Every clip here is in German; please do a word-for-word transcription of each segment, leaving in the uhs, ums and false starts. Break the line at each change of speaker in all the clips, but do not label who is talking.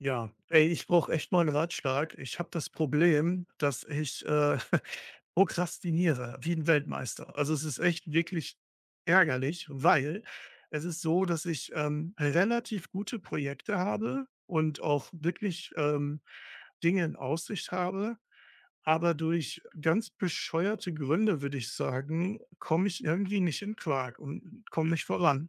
Ja, ey, ich brauche echt mal einen Ratschlag. Ich habe das Problem, dass ich, äh, prokrastiniere wie ein Weltmeister. Also, es ist echt wirklich ärgerlich, weil es ist so, dass ich, ähm, relativ gute Projekte habe und auch wirklich, ähm, Dinge in Aussicht habe. Aber durch ganz bescheuerte Gründe, würde ich sagen, komme ich irgendwie nicht in Quark und komme nicht voran.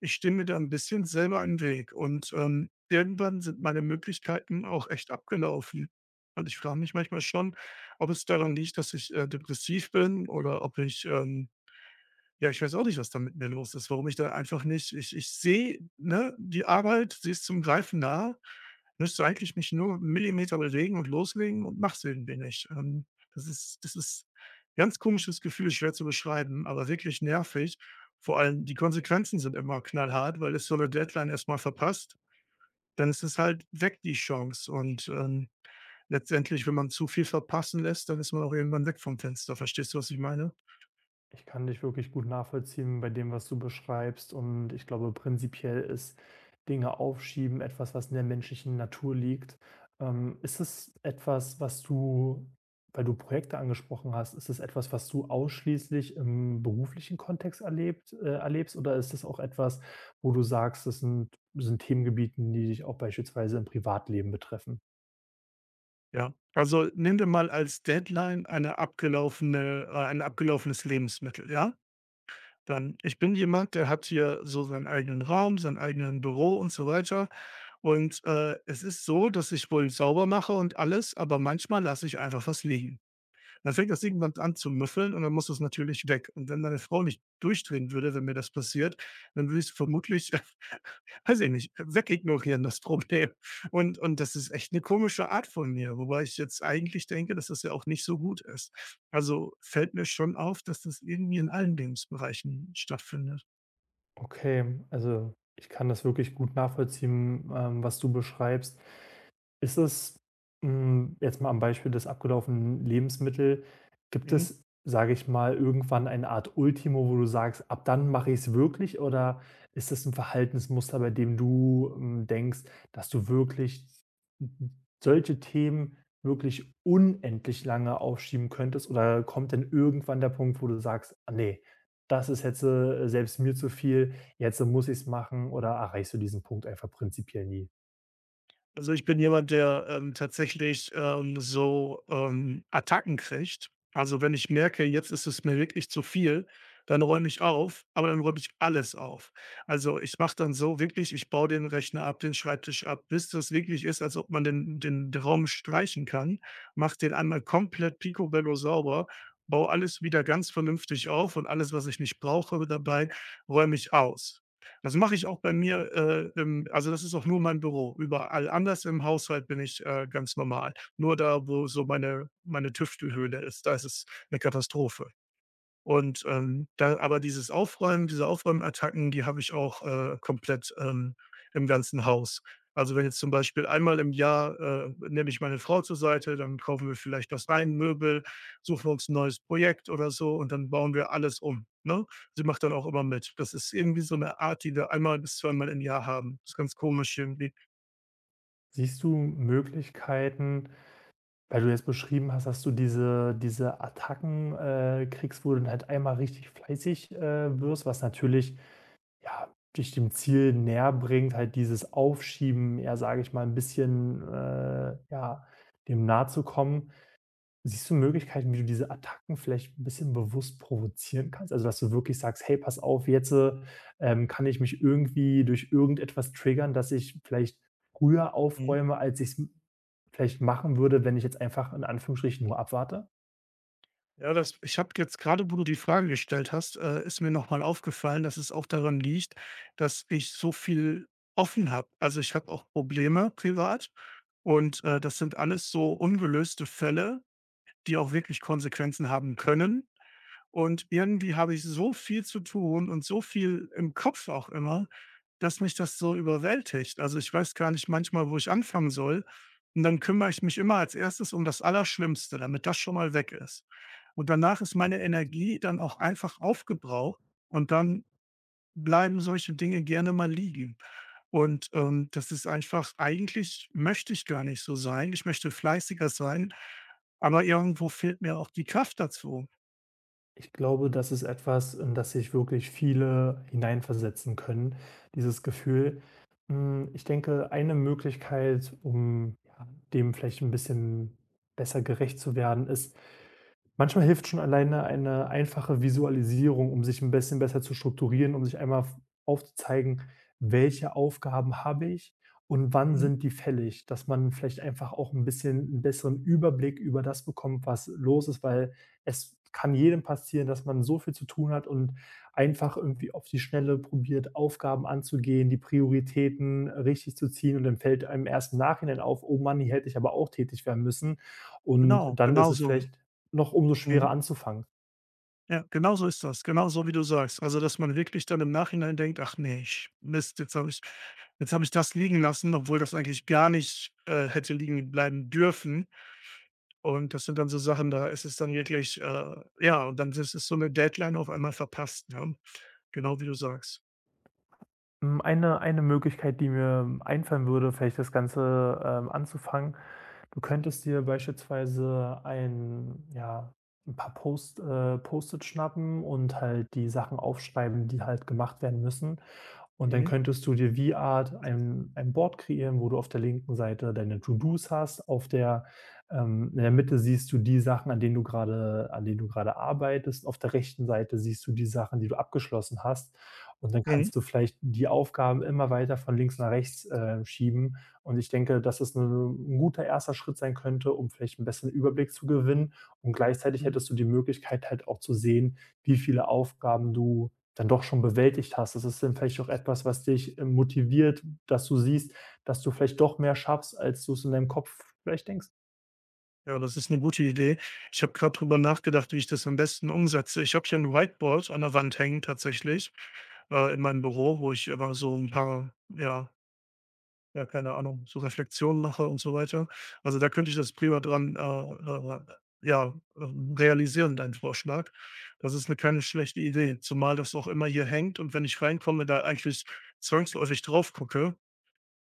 Ich stehe mir da ein bisschen selber im Weg und, ähm, irgendwann sind meine Möglichkeiten auch echt abgelaufen. Und ich frage mich manchmal schon, ob es daran liegt, dass ich, äh, depressiv bin oder ob ich, ähm ja, ich weiß auch nicht, was da mit mir los ist, warum ich da einfach nicht ich ich sehe, ne, die Arbeit, sie ist zum Greifen nah. Müsste eigentlich mich nur 'n Millimeter bewegen und loslegen und mache es irgendwie nicht. Ähm, das ist das ist ein ganz komisches Gefühl, schwer zu beschreiben, aber wirklich nervig. Vor allem die Konsequenzen sind immer knallhart, weil es so eine Deadline erstmal verpasst, dann ist es halt weg, die Chance und, ähm, letztendlich, wenn man zu viel verpassen lässt, dann ist man auch irgendwann weg vom Fenster. Verstehst du, was ich meine?
Ich kann dich wirklich gut nachvollziehen bei dem, was du beschreibst. Und ich glaube, prinzipiell ist Dinge aufschieben etwas, was in der menschlichen Natur liegt. Ähm, ist es etwas, was du, weil du Projekte angesprochen hast, ist es etwas, was du ausschließlich im beruflichen Kontext erlebt, äh, erlebst? Oder ist es auch etwas, wo du sagst, das sind, sind Themengebieten, die dich auch beispielsweise im Privatleben betreffen?
Ja, also nimm dir mal als Deadline eine abgelaufene äh, ein abgelaufenes Lebensmittel, ja? Dann ich bin jemand, der hat hier so seinen eigenen Raum, sein eigenen Büro und so weiter. Und, äh, es ist so, dass ich wohl sauber mache und alles, aber manchmal lasse ich einfach was liegen. Dann fängt das irgendwann an zu müffeln und dann muss das natürlich weg. Und wenn meine Frau nicht durchdrehen würde, wenn mir das passiert, dann würde ich's vermutlich weiß ich nicht, wegignorieren, das Problem. Und und das ist echt eine komische Art von mir, wobei ich jetzt eigentlich denke, dass das ja auch nicht so gut ist. Also, fällt mir schon auf, dass das irgendwie in allen Lebensbereichen stattfindet.
Okay, also ich kann das wirklich gut nachvollziehen, ähm, was du beschreibst. Ist es, hm, jetzt mal am Beispiel des abgelaufenen Lebensmittel gibt
Mhm.
es, sage ich mal, irgendwann eine Art Ultimo, wo du sagst: „Ab dann mache ich es wirklich“, oder ist das ein Verhaltensmuster, bei dem du, hm, denkst, dass du wirklich solche Themen wirklich unendlich lange aufschieben könntest? Oder kommt denn irgendwann der Punkt, wo du sagst: „Ah ne, das ist jetzt, äh, selbst mir zu viel, jetzt muss ich es machen“, oder erreichst du diesen Punkt einfach prinzipiell nie?
Also, ich bin jemand, der, ähm, tatsächlich, ähm, so, ähm, Attacken kriegt. Also, wenn ich merke, jetzt ist es mir wirklich zu viel, dann räume ich auf, aber dann räume ich alles auf. Also, ich mache dann so wirklich, ich baue den Rechner ab, den Schreibtisch ab, bis das wirklich ist, als ob man den den den Raum streichen kann, mache den einmal komplett picobello sauber, baue alles wieder ganz vernünftig auf und alles, was ich nicht brauche dabei, räume ich aus. Das mache ich auch bei mir, äh, im also, das ist auch nur mein Büro. Überall anders im Haushalt bin ich, äh, ganz normal. Nur da, wo so meine meine Tüftelhöhle ist, da ist es eine Katastrophe. Und, ähm, da aber dieses Aufräumen diese Aufräumattacken, die habe ich auch, äh, komplett, ähm, im ganzen Haus. Also, wenn jetzt zum Beispiel einmal im Jahr, äh, nehme ich meine Frau zur Seite, dann kaufen wir vielleicht was rein, Möbel, suchen uns ein neues Projekt oder so und dann bauen wir alles um, ne? Sie macht dann auch immer mit. Das ist irgendwie so eine Art, die wir einmal bis zweimal im Jahr haben. Das ist ganz komisch irgendwie.
Siehst du Möglichkeiten, weil du jetzt beschrieben hast, dass du diese diese Attacken, äh, kriegst, wo du dann halt einmal richtig fleißig, äh, wirst, was natürlich, ja, dich dem Ziel näher bringt, halt dieses Aufschieben eher, sage ich mal, ein bisschen, äh, ja, dem nahe zu kommen. Siehst du Möglichkeiten, wie du diese Attacken vielleicht ein bisschen bewusst provozieren kannst? Also, dass du wirklich sagst: „Hey, pass auf, jetzt, äh, ähm, kann ich mich irgendwie durch irgendetwas triggern, dass ich vielleicht früher aufräume, als ich es vielleicht machen würde, wenn ich jetzt einfach in Anführungsstrichen nur abwarte?“
Ja, das ich habe jetzt gerade, wo du die Frage gestellt hast, äh, ist mir nochmal aufgefallen, dass es auch daran liegt, dass ich so viel offen habe. Also, ich habe auch Probleme privat und, äh, das sind alles so ungelöste Fälle, die auch wirklich Konsequenzen haben können. Und irgendwie habe ich so viel zu tun und so viel im Kopf auch immer, dass mich das so überwältigt. Also, ich weiß gar nicht manchmal, wo ich anfangen soll. Und dann kümmere ich mich immer als Erstes um das Allerschlimmste, damit das schon mal weg ist. Und danach ist meine Energie dann auch einfach aufgebraucht und dann bleiben solche Dinge gerne mal liegen. Und, ähm, das ist einfach eigentlich möchte ich gar nicht so sein. Ich möchte fleißiger sein, aber irgendwo fehlt mir auch die Kraft dazu.
Ich glaube, das ist etwas, in das sich wirklich viele hineinversetzen können, dieses Gefühl. Hm, ich denke, eine Möglichkeit, um, ja, dem vielleicht ein bisschen besser gerecht zu werden, ist: Manchmal hilft schon alleine eine einfache Visualisierung, um sich ein bisschen besser zu strukturieren, um sich einmal v aufzuzeigen: „Welche Aufgaben habe ich und wann
Mhm,
sind die fällig?“ Dass man vielleicht einfach auch ein bisschen einen besseren Überblick über das bekommt, was los ist, weil es kann jedem passieren, dass man so viel zu tun hat und einfach irgendwie auf die Schnelle probiert, Aufgaben anzugehen, die Prioritäten richtig zu ziehen, und dann fällt einem erst im Nachhinein auf: „Oh Mann, hier hätte ich aber auch tätig werden müssen.“ Und
genau,
dann ist
genau
es
so.
vielleicht noch umso
Mhm.
schwerer anzufangen.
Ja, genau so ist das. Genau so, wie du sagst. Also, dass man wirklich dann im Nachhinein denkt: „Ach nee, ich Mist, jetzt habe ich jetzt habe ich das liegen lassen, obwohl das eigentlich gar nicht, äh, hätte liegen bleiben dürfen.“ Und das sind dann so Sachen, da ist es dann wirklich, äh ja, und dann ist es so eine Deadline auf einmal verpasst, ne? Genau wie du sagst.
Hm, eine eine Möglichkeit, die mir einfallen würde, vielleicht das Ganze, ähm, anzufangen. Du könntest dir beispielsweise ein, ja, ein paar Post äh, Post-it schnappen und halt die Sachen aufschreiben, die halt gemacht werden müssen. Und dann
Mhm,
könntest du dir wie Art ein ein Board kreieren, wo du auf der linken Seite deine To-dos hast, auf der ähm, in der Mitte siehst du die Sachen, an denen du gerade an denen du gerade arbeitest. Auf der rechten Seite siehst du die Sachen, die du abgeschlossen hast. Und dann
mhm,
kannst du vielleicht die Aufgaben immer weiter von links nach rechts, äh, schieben. Und ich denke, dass es ein guter erster Schritt sein könnte, um vielleicht einen besseren Überblick zu gewinnen. Und gleichzeitig
mhm.
hättest du die Möglichkeit, halt auch zu sehen, wie viele Aufgaben du dann doch schon bewältigt hast. Das ist dann vielleicht auch etwas, was dich, äh, motiviert, dass du siehst, dass du vielleicht doch mehr schaffst, als du es in deinem Kopf vielleicht denkst.
Ja, das ist eine gute Idee. Ich habe gerade drüber nachgedacht, wie ich das am besten umsetze. Ich habe hier 'n Whiteboard an der Wand hängen tatsächlich, äh, in meinem Büro, wo ich immer so ein paar, ja Ja, keine Ahnung, so Reflexionen mache und so weiter. Also, da könnte ich das prima dran, äh, äh, ja, ähm, realisieren, deinen Vorschlag. Das ist 'ne keine schlechte Idee, zumal das auch immer hier hängt und wenn ich reinkomme, da eigentlich zwangsläufig drauf gucke,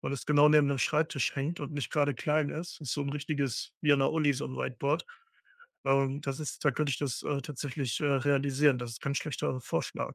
weil es genau neben dem Schreibtisch hängt und nicht gerade klein ist. Ist so ein richtiges wie an der Uni so 'n Whiteboard. Ähm, das ist da könnte ich das, äh, tatsächlich, äh, realisieren. Das ist kein schlechter Vorschlag,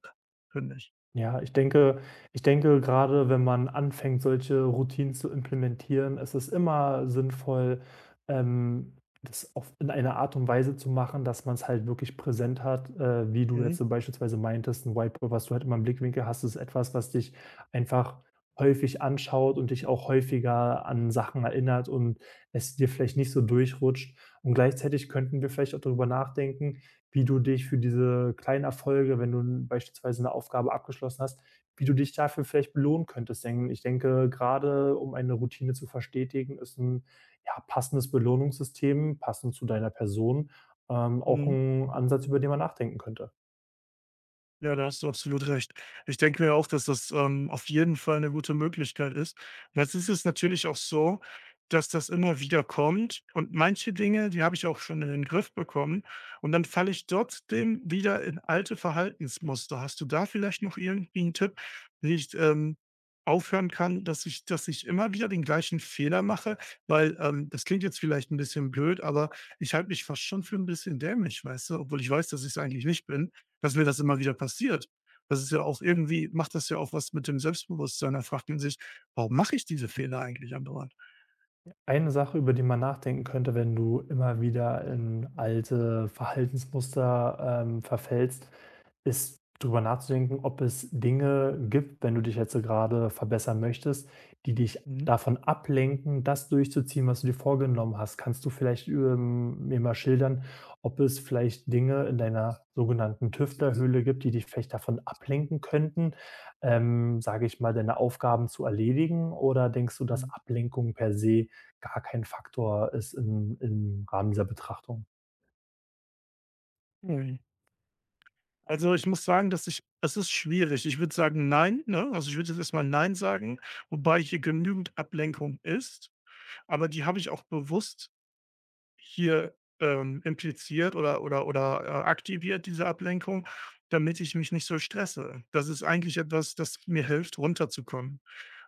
finde ich.
Ja, ich denke ich denke, gerade wenn man anfängt, solche Routinen zu implementieren, ist es immer sinnvoll, ähm, das auf in einer Art und Weise zu machen, dass man es halt wirklich präsent hat, äh, wie du jetzt
Mhm,
so beispielsweise meintest, ein Whiteboard, was du halt immer im Blickwinkel hast, ist etwas, was dich einfach häufig anschaut und dich auch häufiger an Sachen erinnert und es dir vielleicht nicht so durchrutscht. Und gleichzeitig könnten wir vielleicht auch darüber nachdenken, wie du dich für diese kleinen Erfolge, wenn du beispielsweise eine Aufgabe abgeschlossen hast, wie du dich dafür vielleicht belohnen könntest. Denn ich denke, gerade um eine Routine zu verstetigen, ist ein, ja, passendes Belohnungssystem, passend zu deiner Person, ähm, auch
mhm.
ein Ansatz, über den man nachdenken könnte.
Ja, da hast du absolut recht. Ich denke mir auch, dass das, ähm, auf jeden Fall eine gute Möglichkeit ist. Jetzt ist es natürlich auch so, dass das immer wieder kommt und manche Dinge, die habe ich auch schon in den Griff bekommen und dann falle ich trotzdem wieder in alte Verhaltensmuster. Hast du da vielleicht noch irgendwie einen Tipp, wie ich, ähm, aufhören kann, dass ich dass ich immer wieder den gleichen Fehler mache? Weil, ähm, das klingt jetzt vielleicht ein bisschen blöd, aber ich halte mich fast schon für ein bisschen dämlich, weißt du, obwohl ich weiß, dass ich es eigentlich nicht bin dass mir das immer wieder passiert. Das ist ja auch irgendwie macht das ja auch was mit dem Selbstbewusstsein. Da fragt man sich: „Warum mache ich diese Fehler eigentlich andauernd?“
Eine Sache, über die man nachdenken könnte, wenn du immer wieder in alte Verhaltensmuster, ähm, verfällst, ist drüber nachzudenken, ob es Dinge gibt, wenn du dich jetzt so gerade verbessern möchtest, die dich
Mhm,
davon ablenken, das durchzuziehen, was du dir vorgenommen hast. Kannst du vielleicht, ähm, mir mal schildern, ob es vielleicht Dinge in deiner sogenannten Tüftlerhöhle gibt, die dich vielleicht davon ablenken könnten, ähm, sage ich mal, deine Aufgaben zu erledigen? Oder denkst du, dass
mhm.
Ablenkung per se gar kein Faktor ist im im Rahmen dieser Betrachtung?
Mhm. Also, ich muss sagen, dass ich es ist schwierig. Ich würde sagen: „Nein“, ne? Also, ich würde jetzt erst mal „Nein“ sagen, wobei hier genügend Ablenkung ist, aber die habe ich auch bewusst hier, ähm, impliziert oder oder oder, äh, aktiviert, diese Ablenkung, damit ich mich nicht so stresse. Das ist eigentlich etwas, das mir hilft, runterzukommen.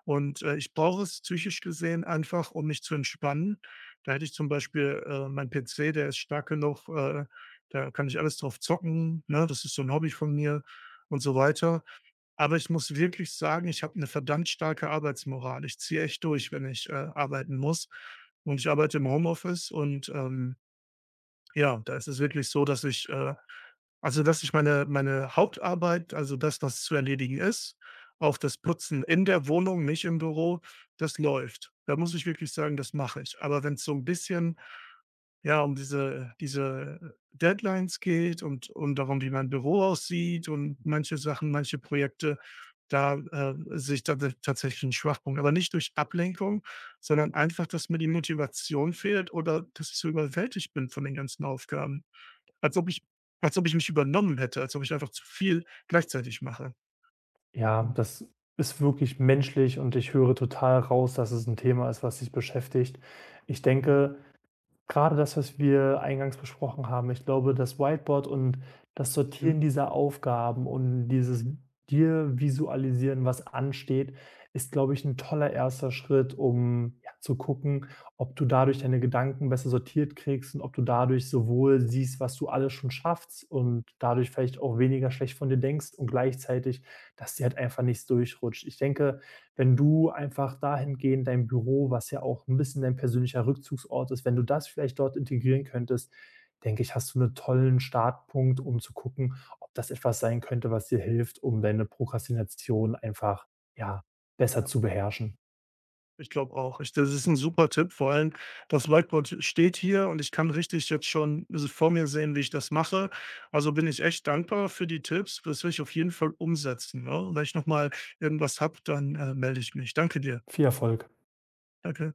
Und, äh, ich brauche es psychisch gesehen einfach, um mich zu entspannen. Da hätte ich zum Beispiel, äh, meinen P C, der ist stark genug, äh, da kann ich alles drauf zocken, ne? Das ist so ein Hobby von mir und so weiter. Aber ich muss wirklich sagen, ich habe eine verdammt starke Arbeitsmoral. Ich ziehe echt durch, wenn ich, äh, arbeiten muss. Und ich arbeite im Homeoffice und, ähm ja, da ist es wirklich so, dass ich äh, also, dass ich meine meine Hauptarbeit, also das, was zu erledigen ist, auch das Putzen in der Wohnung, nicht im Büro, das läuft. Da muss ich wirklich sagen, das mache ich. Aber wenn es so ein bisschen, ja, um diese diese Deadlines geht und und darum, wie mein Büro aussieht und manche Sachen, manche Projekte, da, äh, sehe ich tats tatsächlich 'n Schwachpunkt, aber nicht durch Ablenkung, sondern einfach, dass mir die Motivation fehlt oder dass ich so überwältigt bin von den ganzen Aufgaben. Als ob ich als ob ich mich übernommen hätte, als ob ich einfach zu viel gleichzeitig mache.
Ja, das ist wirklich menschlich und ich höre total raus, dass es ein Thema ist, was dich beschäftigt. Ich denke, gerade das, was wir eingangs besprochen haben, ich glaube, das Whiteboard und das
Mhm.
Sortieren dieser Aufgaben und dieses dir visualisieren, was ansteht, ist, glaube ich, ein toller erster Schritt, um, ja, zu gucken, ob du dadurch deine Gedanken besser sortiert kriegst und ob du dadurch sowohl siehst, was du alles schon schaffst und dadurch vielleicht auch weniger schlecht von dir denkst und gleichzeitig, dass dir halt einfach nichts durchrutscht. Ich denke, wenn du einfach dahingehend dein Büro, was ja auch ein bisschen dein persönlicher Rückzugsort ist, wenn du das vielleicht dort integrieren könntest, denke ich, hast du einen tollen Startpunkt, um zu gucken, ob das etwas sein könnte, was dir hilft, um deine Prokrastination einfach, ja, besser
Ja,
zu beherrschen.
ich glaube auch. Ich das ist ein super Tipp, vor allem das Whiteboard steht hier und ich kann richtig jetzt schon vor mir sehen, wie ich das mache. Also, bin ich echt dankbar für die Tipps. Das will ich auf jeden Fall umsetzen, ne? Und wenn ich noch mal irgendwas habe, dann, äh, melde ich mich. Danke dir.
Viel Erfolg.
Danke.